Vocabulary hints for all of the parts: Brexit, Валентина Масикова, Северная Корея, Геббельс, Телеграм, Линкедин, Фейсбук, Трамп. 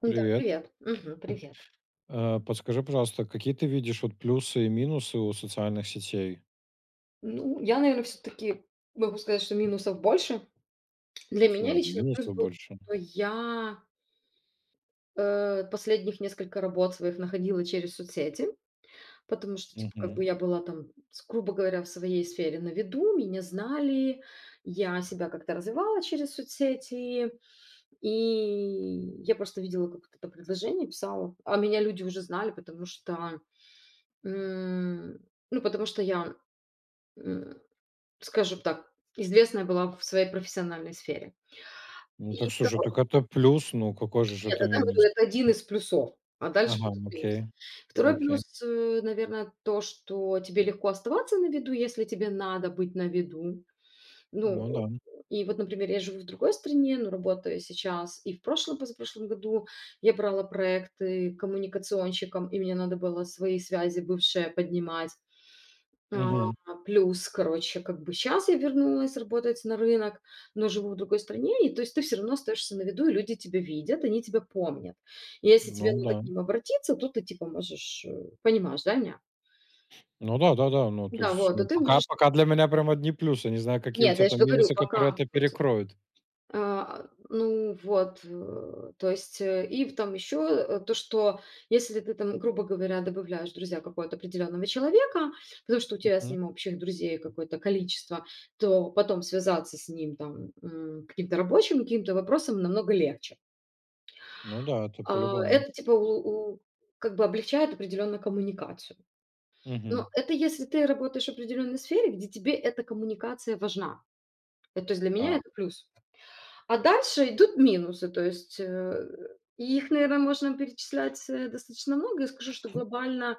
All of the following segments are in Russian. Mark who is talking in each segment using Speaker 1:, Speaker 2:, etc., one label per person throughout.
Speaker 1: Да,
Speaker 2: Привет.
Speaker 1: привет. Привет.
Speaker 2: Подскажи, пожалуйста, какие ты видишь вот плюсы и минусы у социальных сетей?
Speaker 1: Ну, я, наверное, все таки могу сказать, что минусов больше. Для меня
Speaker 2: Все,
Speaker 1: лично плюс
Speaker 2: минусов
Speaker 1: был,
Speaker 2: больше.
Speaker 1: что последних несколько работ своих находила через соцсети, потому что, типа, как
Speaker 2: Мгм.
Speaker 1: бы я была там, с грубо говоря, в своей сфере на виду, меня знали, я себя как-то развивала через соцсети, и я просто видела какое-то предложение, писала, а меня люди уже знали, м, потому что м, скажем так, известная была в своей профессиональной сфере.
Speaker 2: Ну
Speaker 1: И
Speaker 2: так слушай,
Speaker 1: второй
Speaker 2: так это плюс, ну какой же ж
Speaker 1: Нет,
Speaker 2: это
Speaker 1: это,
Speaker 2: минус?
Speaker 1: говорю, это один из плюсов, а дальше
Speaker 2: Ага,
Speaker 1: будут плюсы.
Speaker 2: окей,
Speaker 1: Второй
Speaker 2: окей.
Speaker 1: плюс, э, наверное, то, что тебе легко оставаться на виду, если тебе надо быть на виду.
Speaker 2: Ну да.
Speaker 1: Ну, и вот, например, я живу в другой стране, но работаю сейчас. И в прошлом, позапрошлом году я брала проекты коммуникационщиком, и мне надо было свои связи бывшие поднимать.
Speaker 2: Мгм.
Speaker 1: А, плюс, короче, как бы сейчас я вернулась работать на рынок, но живу в другой стране, и то есть ты все равно остаешься на виду, и люди тебя видят, они тебя помнят. И если
Speaker 2: Ну
Speaker 1: тебе надо
Speaker 2: да.
Speaker 1: к ним обратиться, то ты типа можешь, понимаешь, да, меня?
Speaker 2: Ну да, да, да. Ну, то
Speaker 1: Да,
Speaker 2: есть,
Speaker 1: вот, а
Speaker 2: ну,
Speaker 1: ты
Speaker 2: пока,
Speaker 1: можешь
Speaker 2: пока для меня прям одни плюсы. Не знаю, какие у
Speaker 1: нет,
Speaker 2: тебя
Speaker 1: я же
Speaker 2: там
Speaker 1: говорю
Speaker 2: минусы,
Speaker 1: по
Speaker 2: которые это
Speaker 1: кампусу.
Speaker 2: перекроют.
Speaker 1: А, ну вот, э, то есть, э, и там еще э, то, что если ты там, грубо говоря, добавляешь в друзья какого-то определенного человека, потому что у тебя с
Speaker 2: Мгм.
Speaker 1: ним общих друзей какое-то количество, то потом связаться с ним каким-то рабочим, каким-то вопросом намного легче.
Speaker 2: Ну да, это
Speaker 1: А,
Speaker 2: по-любому.
Speaker 1: Это типа у- у- как бы облегчает определенно коммуникацию.
Speaker 2: Мгм.
Speaker 1: Но это если ты работаешь в определенной сфере, где тебе эта коммуникация важна. Э, То есть для меня
Speaker 2: Так.
Speaker 1: это плюс. А дальше идут минусы, то есть, и их, наверное, можно перечислять, достаточно много. Я скажу, что глобально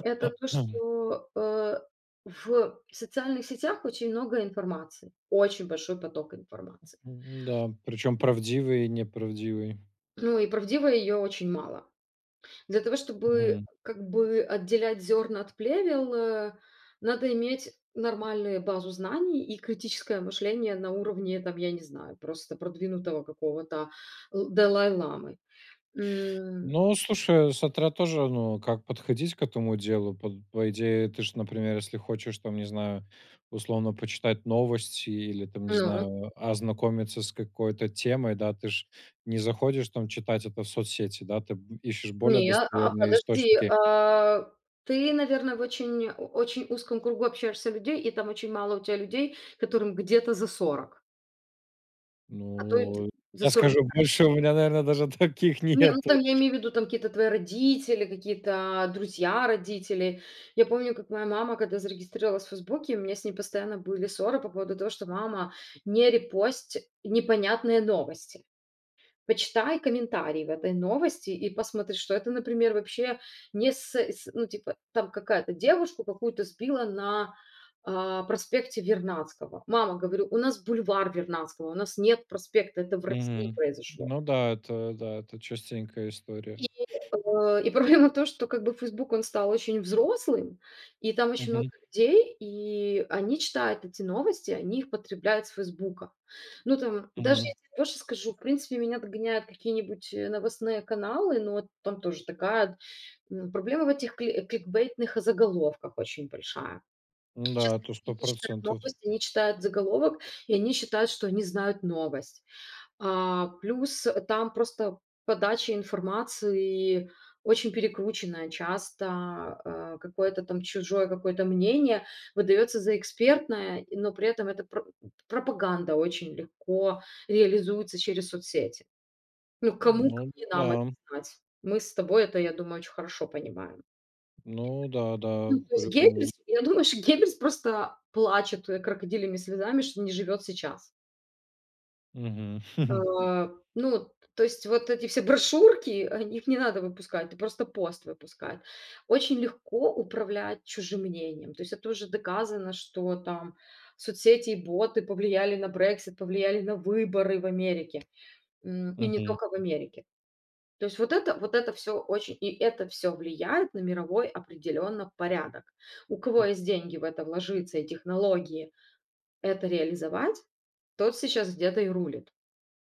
Speaker 1: это то, что, в социальных сетях очень много информации, очень большой поток информации.
Speaker 2: Да, причем правдивый и неправдивый.
Speaker 1: Ну и правдивой ее очень мало. Для того, чтобы как бы отделять зерна от плевел, э, надо иметь нормальную базу знаний и критическое мышление на уровне, там, я не знаю, просто продвинутого какого-то л Далай-ламы. М,
Speaker 2: Ну, слушай, смотря тоже, ну, как подходить к этому делу. По идее, ты же, например, если хочешь, там, не знаю, условно почитать новости или, там, не
Speaker 1: ну,
Speaker 2: знаю, ознакомиться с какой-то темой, да, ты же не заходишь там читать это в соцсети, да, ты ищешь более
Speaker 1: не, а
Speaker 2: достоверные
Speaker 1: подожди,
Speaker 2: источники.
Speaker 1: ты, наверное, в очень о очень узком кругу общаешься людей, и там очень мало у тебя людей, которым где-то за 40. А то и д
Speaker 2: Ну,
Speaker 1: за
Speaker 2: я скажу
Speaker 1: 45.
Speaker 2: больше, у меня, наверное, даже таких
Speaker 1: Не, ну,
Speaker 2: нету.
Speaker 1: там я имею в виду, там какие-то твои родители, какие-то друзья родителей. Я помню, как моя мама, когда зарегистрировалась в "Фейсбуке", у меня с ней постоянно были ссоры по поводу того, что: "Мама, не репость непонятные новости". Почитай комментарии в этой новости и посмотри, что это, например, вообще не с, с- ну, типа, там какая-то девушку какую-то сбила на проспекте Вернадского. Мама, говорю, у нас бульвар Вернадского, у нас нет проспекта, это в России
Speaker 2: Мгм.
Speaker 1: произошло.
Speaker 2: Ну да, это частенькая
Speaker 1: И,
Speaker 2: история.
Speaker 1: и проблема в том, что как бы Facebook он стал очень взрослым, и там очень много
Speaker 2: Мгм,
Speaker 1: людей, и они читают эти новости, они их потребляют с "Фейсбука". Ну, там, даже
Speaker 2: мгм.
Speaker 1: если я больше скажу, в принципе, меня догоняют какие-нибудь новостные каналы, но вот там тоже такая проблема в этих кликбейтных заголовках очень большая. Часто
Speaker 2: Да, это сто
Speaker 1: люди не читают
Speaker 2: процентов.
Speaker 1: новости, они читают заголовок, и они считают, что они знают новость. А, плюс там просто подача информации очень перекрученная, часто, какое-то там чужое какое-то мнение выдается за экспертное, и но при этом эта пропаганда очень легко реализуется через соцсети. Ну, кому,
Speaker 2: Ну
Speaker 1: как не
Speaker 2: да.
Speaker 1: нам это знать? Мы с тобой это, я думаю, очень хорошо понимаем.
Speaker 2: Ну да,
Speaker 1: Ну,
Speaker 2: да,
Speaker 1: то есть
Speaker 2: по-любому.
Speaker 1: Геббельс, я думаю, что Геббельс просто плачет, крокодильями слезами, что не живет сейчас.
Speaker 2: Мгм.
Speaker 1: А, ну, то есть вот эти все брошюрки, их не надо выпускать, ты просто пост выпускай. Очень легко управлять чужим мнением. То есть это уже доказано, что там соцсети и боты повлияли на Brexit, повлияли на выборы в Америке. И не
Speaker 2: Мгм.
Speaker 1: только в Америке. То есть вот это все очень, и это все влияет на мировой определенно порядок. У кого есть деньги в это вложиться и технологии это реализовать, тот сейчас где-то и рулит.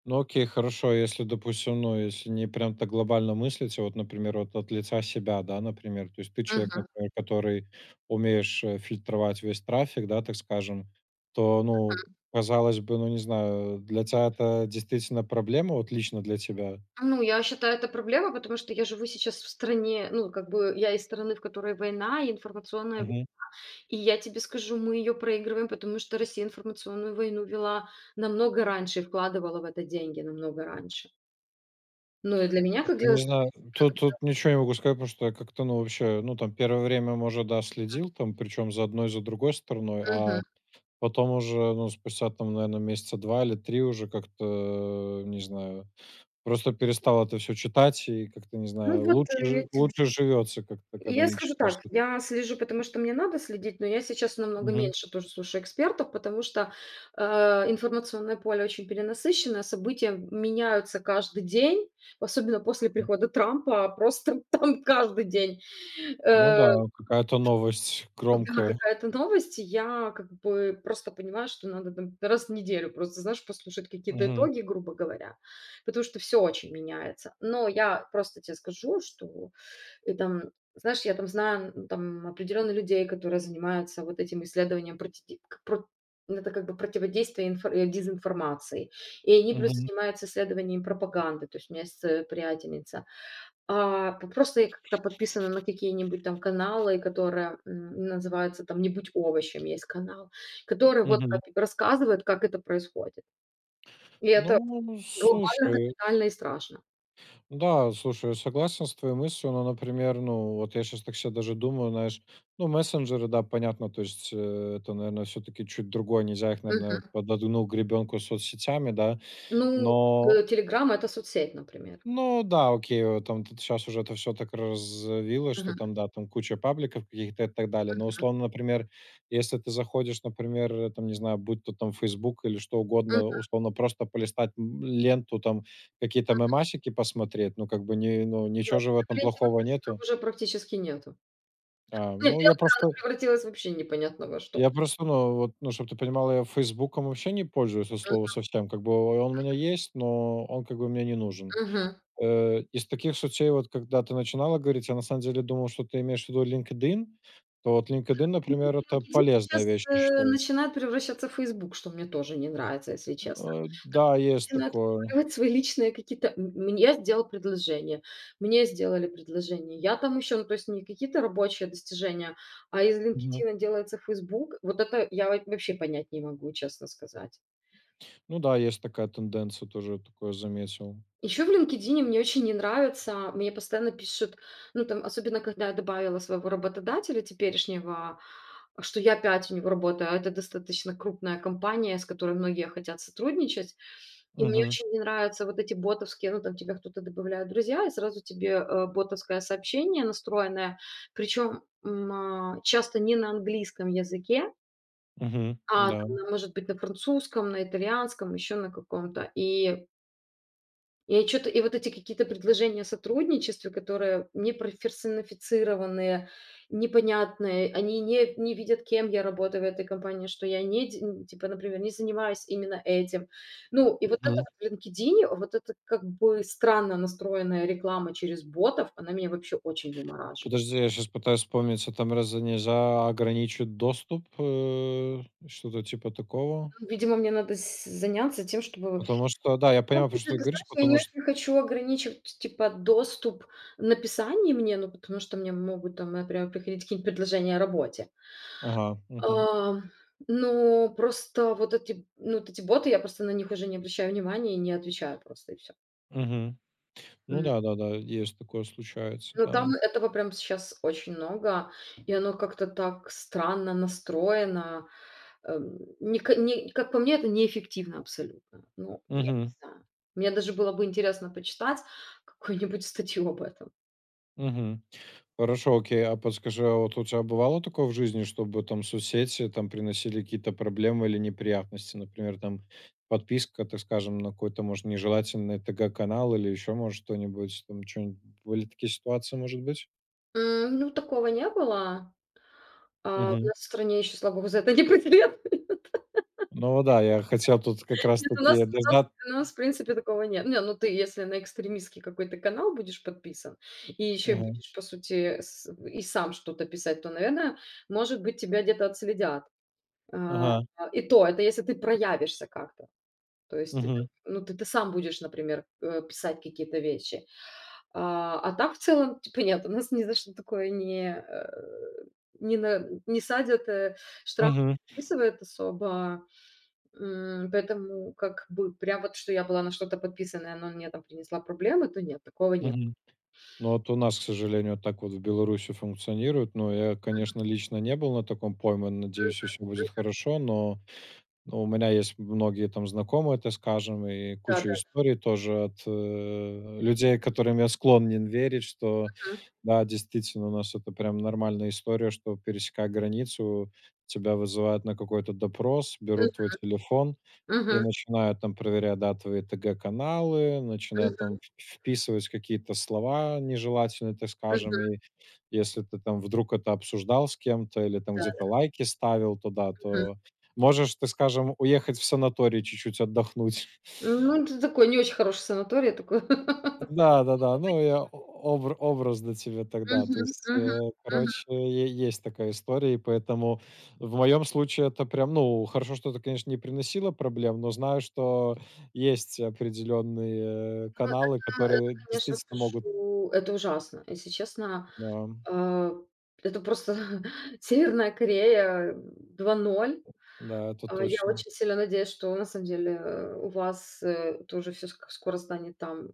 Speaker 2: Ну окей, хорошо, если, допустим, ну, если не прям так глобально мыслить, а вот, например, вот от лица себя, да, например, то есть ты человек, например, который умеешь фильтровать весь трафик, да, так скажем, то, ну, казалось бы, ну, не знаю, для тебя это действительно проблема, вот лично для тебя?
Speaker 1: Ну, я считаю, это проблема, потому что я живу сейчас в стране, ну, как бы я из страны, в которой война и информационная.
Speaker 2: Мгм.
Speaker 1: И я тебе скажу, мы ее проигрываем, потому что Россия информационную войну вела намного раньше и вкладывала в это деньги намного раньше. Ну, и для меня, как
Speaker 2: Слушай,
Speaker 1: для... жи-
Speaker 2: не знаю,
Speaker 1: как-
Speaker 2: тут ничего не могу сказать, потому что я как-то, ну, вообще, ну, там, первое время, может, да, следил, там, причем за одной, за другой стороной.
Speaker 1: Мгм.
Speaker 2: А потом уже, ну, спустя там, наверное, месяца 2 или 3 уже как-то, не знаю, просто перестал это все читать и как-то, не
Speaker 1: Ну,
Speaker 2: знаю,
Speaker 1: вот э, я
Speaker 2: лучше живется как-то, когда
Speaker 1: Я
Speaker 2: не
Speaker 1: скажу
Speaker 2: читаешь.
Speaker 1: так, я слежу, потому что мне надо следить, но я сейчас намного
Speaker 2: Мгм,
Speaker 1: меньше тоже слушаю экспертов, потому что э, информационное поле очень перенасыщено, события меняются каждый день, особенно после
Speaker 2: мгм.
Speaker 1: прихода Трампа, а просто там каждый день
Speaker 2: Ну да,
Speaker 1: э,
Speaker 2: какая-то новость
Speaker 1: да,
Speaker 2: громкая.
Speaker 1: какая-то новость, и я как бы просто понимаю, что надо там раз в неделю просто, знаешь, послушать какие-то
Speaker 2: Мгм,
Speaker 1: итоги, грубо говоря, потому что все очень меняется. Но я просто тебе скажу, что и там, знаешь, я там знаю ну, там определенных людей, которые занимаются вот этим исследованием против, это как бы противодействие дезинформации. И они плюс
Speaker 2: мгм,
Speaker 1: занимаются исследованием пропаганды. То есть у меня есть приятельница, а, п просто я как-то подписана на какие-нибудь там каналы, которые называются там "Не будь овощем", есть канал, который вот
Speaker 2: мгм.
Speaker 1: как рассказывает, как это происходит. И это
Speaker 2: Ну,
Speaker 1: глобально,
Speaker 2: слушай.
Speaker 1: капитально и страшно.
Speaker 2: Да, слушай, я согласен с твоей мыслью, но, например, ну, вот я сейчас так себе даже думаю, знаешь, ну, мессенджеры, да, понятно, то есть это, наверное, все-таки чуть другое, нельзя их,
Speaker 1: Мгм.
Speaker 2: наверное, под одну гребенку с соцсетями, да,
Speaker 1: Ну,
Speaker 2: но
Speaker 1: э, "Телеграм" — это соцсеть, например.
Speaker 2: ну да, окей, там сейчас уже это все так развилось, что
Speaker 1: Мгм,
Speaker 2: там, да, там куча пабликов каких-то и так далее. Но
Speaker 1: мгм,
Speaker 2: условно, например, если ты заходишь, например, там, не знаю, будь то там Facebook или что
Speaker 1: мгм,
Speaker 2: угодно, условно просто полистать, ленту, там какие-то
Speaker 1: мгм.
Speaker 2: мемасики посмотреть, ну, как бы не ну, ничего же в этом
Speaker 1: Валентина
Speaker 2: плохого
Speaker 1: Масикова
Speaker 2: нету.
Speaker 1: уже практически нету.
Speaker 2: А,
Speaker 1: Она
Speaker 2: ну, я просто
Speaker 1: превратилась вообще непонятно во что.
Speaker 2: я просто, ну, вот, ну, чтобы ты понимала, я "Фейсбуком" вообще не пользуюсь от слова совсем. Как бы он у меня есть, но он как бы мне не нужен.
Speaker 1: Мгм.
Speaker 2: Из таких соцсетей, вот когда ты начинала говорить, я на самом деле думал, что ты имеешь в виду LinkedIn. То вот LinkedIn,
Speaker 1: Ну,
Speaker 2: например, это
Speaker 1: "Линкедин"
Speaker 2: полезная
Speaker 1: сейчас,
Speaker 2: вещь, я
Speaker 1: э,
Speaker 2: считаю.
Speaker 1: начинает превращаться в "Фейсбук", что мне тоже не нравится, если честно. Там
Speaker 2: Да,
Speaker 1: люди
Speaker 2: есть
Speaker 1: начинают
Speaker 2: такое.
Speaker 1: вываливать свои личные какие-то м мне сделал предложение, Мне сделали предложение, я там еще ну, то есть не какие-то рабочие достижения, а из
Speaker 2: Мгм.
Speaker 1: "Линкедина" делается "Фейсбук". Вот это я во вообще понять не могу, честно сказать.
Speaker 2: Ну да, есть такая тенденция, тоже такое заметил.
Speaker 1: Еще в "Линкедине" мне очень не нравится, мне постоянно пишут, ну, там, особенно когда я добавила своего работодателя теперешнего, что я опять у него работаю, а это достаточно крупная компания, с которой многие хотят сотрудничать. И мне
Speaker 2: Угу,
Speaker 1: очень не нравятся вот эти ботовские, ну, там тебя кто-то добавляет в друзья, и сразу тебе, ботовское сообщение настроенное, причем, часто не на английском языке,
Speaker 2: угу,
Speaker 1: а
Speaker 2: да.
Speaker 1: там, на может быть, на французском, на итальянском, еще на каком-то. И что то и вот эти какие-то предложения о сотрудничестве, которые не персонифицированные, непонятные, они не видят, кем я работаю в этой компании, что я не де н типа, например, не занимаюсь именно этим. Ну, и вот это
Speaker 2: Мгм.
Speaker 1: вот в "Линкедине", вот это как бы странно настроенная реклама через ботов, она меня вообще очень вымораживает.
Speaker 2: Подожди, я сейчас пытаюсь вспомнить, а там разве нельзя ограничить доступ, что-то типа такого?
Speaker 1: Ну, видимо, мне надо с заняться тем, чтобы
Speaker 2: Потому что, да, я
Speaker 1: Ну,
Speaker 2: понимаю, про
Speaker 1: опять же,
Speaker 2: что ты
Speaker 1: ты
Speaker 2: говоришь,
Speaker 1: знаешь, я не
Speaker 2: потому что.
Speaker 1: очень хочу ограничивать, типа, доступ написания мне, ну, потому что мне могут там, например, приходить какие-нибудь предложения о работе.
Speaker 2: Ага, угу,
Speaker 1: А, но просто вот эти, ну, вот эти боты, я просто на них уже не обращаю внимания и не отвечаю просто, и все.
Speaker 2: угу. Ну
Speaker 1: М.
Speaker 2: да-да-да, есть такое, случается,
Speaker 1: Но
Speaker 2: да.
Speaker 1: там этого прям сейчас очень много, и оно как-то так странно настроено. Не как по мне, это неэффективно абсолютно. Ну, я не
Speaker 2: Мгм,
Speaker 1: знаю. Мне даже было бы интересно почитать какую-нибудь статью об этом.
Speaker 2: мгм. Хорошо, окей. А подскажи, а вот у тебя бывало такое в жизни, чтобы там соцсети там приносили какие-то проблемы или неприятности? Например, там подписка, так скажем, на какой-то, может, нежелательный ТГ-канал или еще, может, что-нибудь, там что-нибудь, были такие ситуации, может быть?
Speaker 1: М, ну, такого не было. У
Speaker 2: Мгм.
Speaker 1: нас в стране еще, слава богу, за это не предъявляют.
Speaker 2: Ну вот да, я хотел тут как
Speaker 1: Нет, у нас
Speaker 2: раз-таки
Speaker 1: у нас
Speaker 2: дождаться.
Speaker 1: у нас, в принципе, такого нет. Не, ну ты, если на экстремистский какой-то канал будешь подписан и еще
Speaker 2: Ага,
Speaker 1: будешь, по сути, с и сам что-то писать, то, наверное, может быть, тебя где-то отследят. А,
Speaker 2: ага,
Speaker 1: и то, это если ты проявишься как-то. То есть ты
Speaker 2: мгм,
Speaker 1: Ну, ты сам будешь, например, писать какие-то вещи. А так в целом, типа, нет, у нас ни за что такое не садят, штраф не
Speaker 2: мгм,
Speaker 1: подписывает особо. М, Поэтому как бы прям вот, что я была на что-то подписана, и оно мне там принесла проблемы, то нет, такого нет.
Speaker 2: мгм. Ну, вот у нас, к сожалению, вот так вот в Беларуси функционирует. Но я, конечно, лично не был на таком пойман. Надеюсь, всё будет хорошо, но ну, у меня есть многие там знакомые, так скажем, и куча
Speaker 1: Да-да.
Speaker 2: историй тоже от, людей, которым я склонен верить, что
Speaker 1: Мгм.
Speaker 2: да, действительно, у нас это прям нормальная история, что, пересекая границу, тебя вызывают на какой-то допрос, берут твой телефон и
Speaker 1: Мгм.
Speaker 2: начинают там проверять, да, твои ТГ-каналы, начинают
Speaker 1: Мгм.
Speaker 2: там в вписывать какие-то слова нежелательные, так скажем.
Speaker 1: Мгм.
Speaker 2: И если ты там вдруг это обсуждал с кем-то или там
Speaker 1: Да.
Speaker 2: где-то лайки ставил туда,
Speaker 1: Мгм.
Speaker 2: то можешь ты, скажем, уехать в санаторий чуть-чуть отдохнуть.
Speaker 1: Ну, это такой не очень хороший санаторий, такой.
Speaker 2: Да-да-да, ну, я о обра образно тебе тогда. То
Speaker 1: Мгм.
Speaker 2: есть,
Speaker 1: Мгм. Мгм.
Speaker 2: короче, е есть такая история, и поэтому в моем случае это прям, ну, хорошо, что это, конечно, не приносило проблем, но знаю, что есть определенные
Speaker 1: Ну,
Speaker 2: каналы,
Speaker 1: это, это,
Speaker 2: которые
Speaker 1: конечно,
Speaker 2: действительно могут.
Speaker 1: скажу, это ужасно. Если честно,
Speaker 2: Да,
Speaker 1: А, это просто Северная Корея 2:0.
Speaker 2: да, это
Speaker 1: Я
Speaker 2: точно,
Speaker 1: очень сильно надеюсь, что на самом деле, у вас, тоже все скоро станет там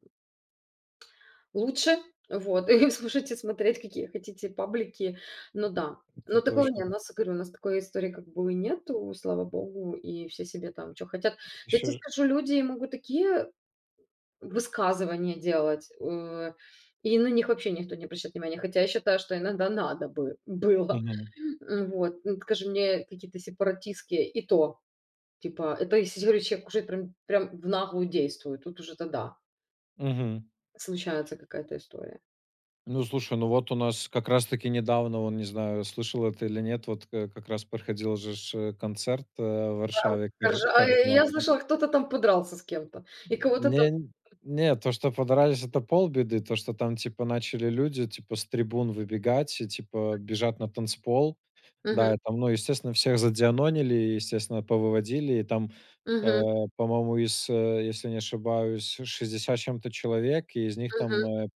Speaker 1: лучше. Вот, и слушайте, смотреть, какие хотите паблики. Ну да. Но
Speaker 2: это
Speaker 1: такого
Speaker 2: точно.
Speaker 1: не, у нас, говорю, у нас такой истории как бы и нету, слава богу, и все себе там что хотят. Да я те
Speaker 2: Еще ж.
Speaker 1: скажу, люди могут такие высказывания делать, и на них вообще никто не обращает внимания, хотя я считаю, что иногда надо бы было. Скажи мне, какие-то сепаратистские, и то, типа, это если, я говорю, человек уже прям в наглую действует, тут уже тогда случается какая-то история.
Speaker 2: Ну, слушай, ну вот у нас как раз-таки недавно, он, не знаю, слышал это или нет, вот к как раз проходил же ж, концерт, в Варшаве Кар
Speaker 1: Корж, я
Speaker 2: Коржа.
Speaker 1: слышала, кто-то там подрался с кем-то, и кого-то там
Speaker 2: Не не, то, что подрались — это полбеды. То, что там, типа, начали люди, типа, с трибун выбегать и, типа, бежать на танцпол.
Speaker 1: Мгм,
Speaker 2: Да, и там, ну, естественно, всех задианонили, и, естественно, повыводили. И там, э,
Speaker 1: мгм,
Speaker 2: по-моему, из, если не ошибаюсь, 60 чем-то человек, и из них
Speaker 1: мгм.
Speaker 2: там,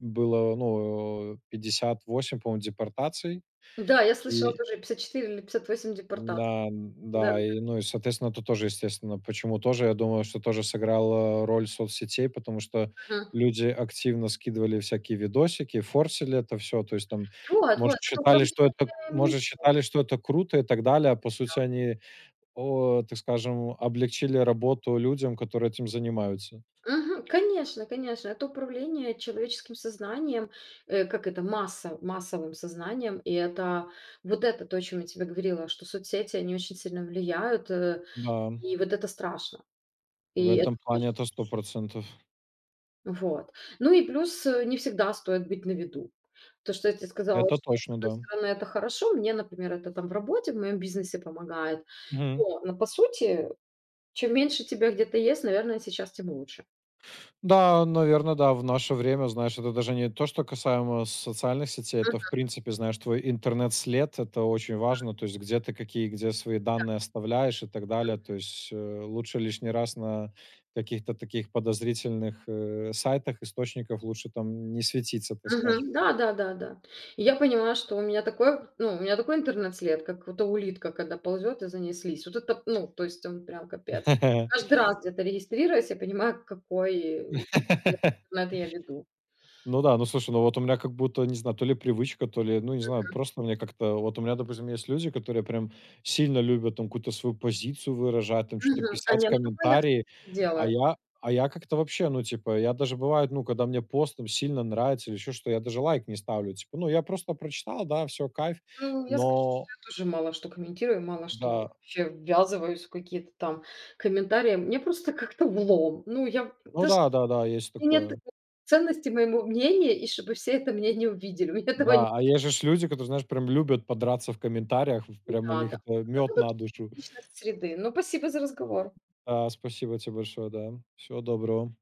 Speaker 2: было, ну, 58, по-моему, депортаций.
Speaker 1: Да, я слышала
Speaker 2: И
Speaker 1: тоже 54 или 58 депортаций.
Speaker 2: да,
Speaker 1: Да,
Speaker 2: да, и, ну, и, соответственно, это тоже, естественно, почему тоже, я думаю, что тоже сыграла роль соцсетей, потому что
Speaker 1: мгм.
Speaker 2: люди активно скидывали всякие видосики, форсили это все, то есть там,
Speaker 1: Вот,
Speaker 2: может,
Speaker 1: это
Speaker 2: считали, что это
Speaker 1: управление.
Speaker 2: может, считали, что это круто и так далее, а по сути они, о, так скажем, облегчили работу людям, которые этим занимаются.
Speaker 1: Мгм. Конечно, конечно, это управление человеческим сознанием, как это, массовым сознанием, и это вот это то, о чем я тебе говорила, что соцсети, они очень сильно влияют,
Speaker 2: Да,
Speaker 1: и вот это страшно,
Speaker 2: в
Speaker 1: и это
Speaker 2: этом плане
Speaker 1: хочется.
Speaker 2: это 100%.
Speaker 1: Вот. Ну и плюс не всегда стоит быть на виду. То, что я тебе сказала,
Speaker 2: Это
Speaker 1: что с
Speaker 2: точно,
Speaker 1: одной
Speaker 2: да.
Speaker 1: стороны это хорошо, мне, например, это там в работе, в моем бизнесе помогает,
Speaker 2: Мгм.
Speaker 1: но по сути, чем меньше тебя где-то есть, наверное, сейчас тем лучше.
Speaker 2: Да, наверное, да. В наше время, знаешь, это даже не то, что касаемо социальных сетей, это, в принципе, знаешь, твой интернет-след — это очень важно. То есть где свои данные оставляешь и так далее. То есть, лучше лишний раз на каких-то таких подозрительных, сайтах, источников лучше там не светиться, так скажем.
Speaker 1: Мгм. Да, да, да, да. И я понимаю, что у меня такой, ну, у меня такой интернет-след, как вот улитка, когда ползет и за ней слизь. Вот это, ну, то есть он прям капец. Каждый раз где-то регистрируясь, я понимаю, какой след интернет я веду.
Speaker 2: Ну да, ну слушай, ну вот у меня как будто, не знаю, то ли привычка, то ли, ну не знаю, просто мне как-то, вот у меня, допустим, есть люди, которые прям сильно любят там какую-то свою позицию выражать, там что-то
Speaker 1: Мгм. А
Speaker 2: писать,
Speaker 1: не, ну такое я, кстати,
Speaker 2: комментарии,
Speaker 1: не
Speaker 2: а
Speaker 1: делаю.
Speaker 2: я, а я как-то вообще, ну типа, я даже бывает, ну когда мне пост там сильно нравится или еще что, я даже лайк не ставлю, типа, ну я просто прочитал, да, все, кайф,
Speaker 1: Ну, я скажу, что
Speaker 2: но
Speaker 1: я тоже мало что комментирую, мало что
Speaker 2: да,
Speaker 1: вообще ввязываюсь в какие-то там комментарии. Мне просто как-то влом. Ну, я
Speaker 2: ну
Speaker 1: даже
Speaker 2: да, да, да, есть
Speaker 1: У меня нет
Speaker 2: такое.
Speaker 1: такой ценности моему мнению, и чтобы все это мнение увидели. У меня этого
Speaker 2: Да, а есть же ж люди, которые, знаешь, прям любят подраться в комментариях,
Speaker 1: Ну
Speaker 2: прям у
Speaker 1: да,
Speaker 2: них
Speaker 1: да.
Speaker 2: это
Speaker 1: Это
Speaker 2: мед
Speaker 1: вот
Speaker 2: на душу.
Speaker 1: личность среды. Ну, спасибо за разговор.
Speaker 2: Да, спасибо тебе большое, да. Всего доброго.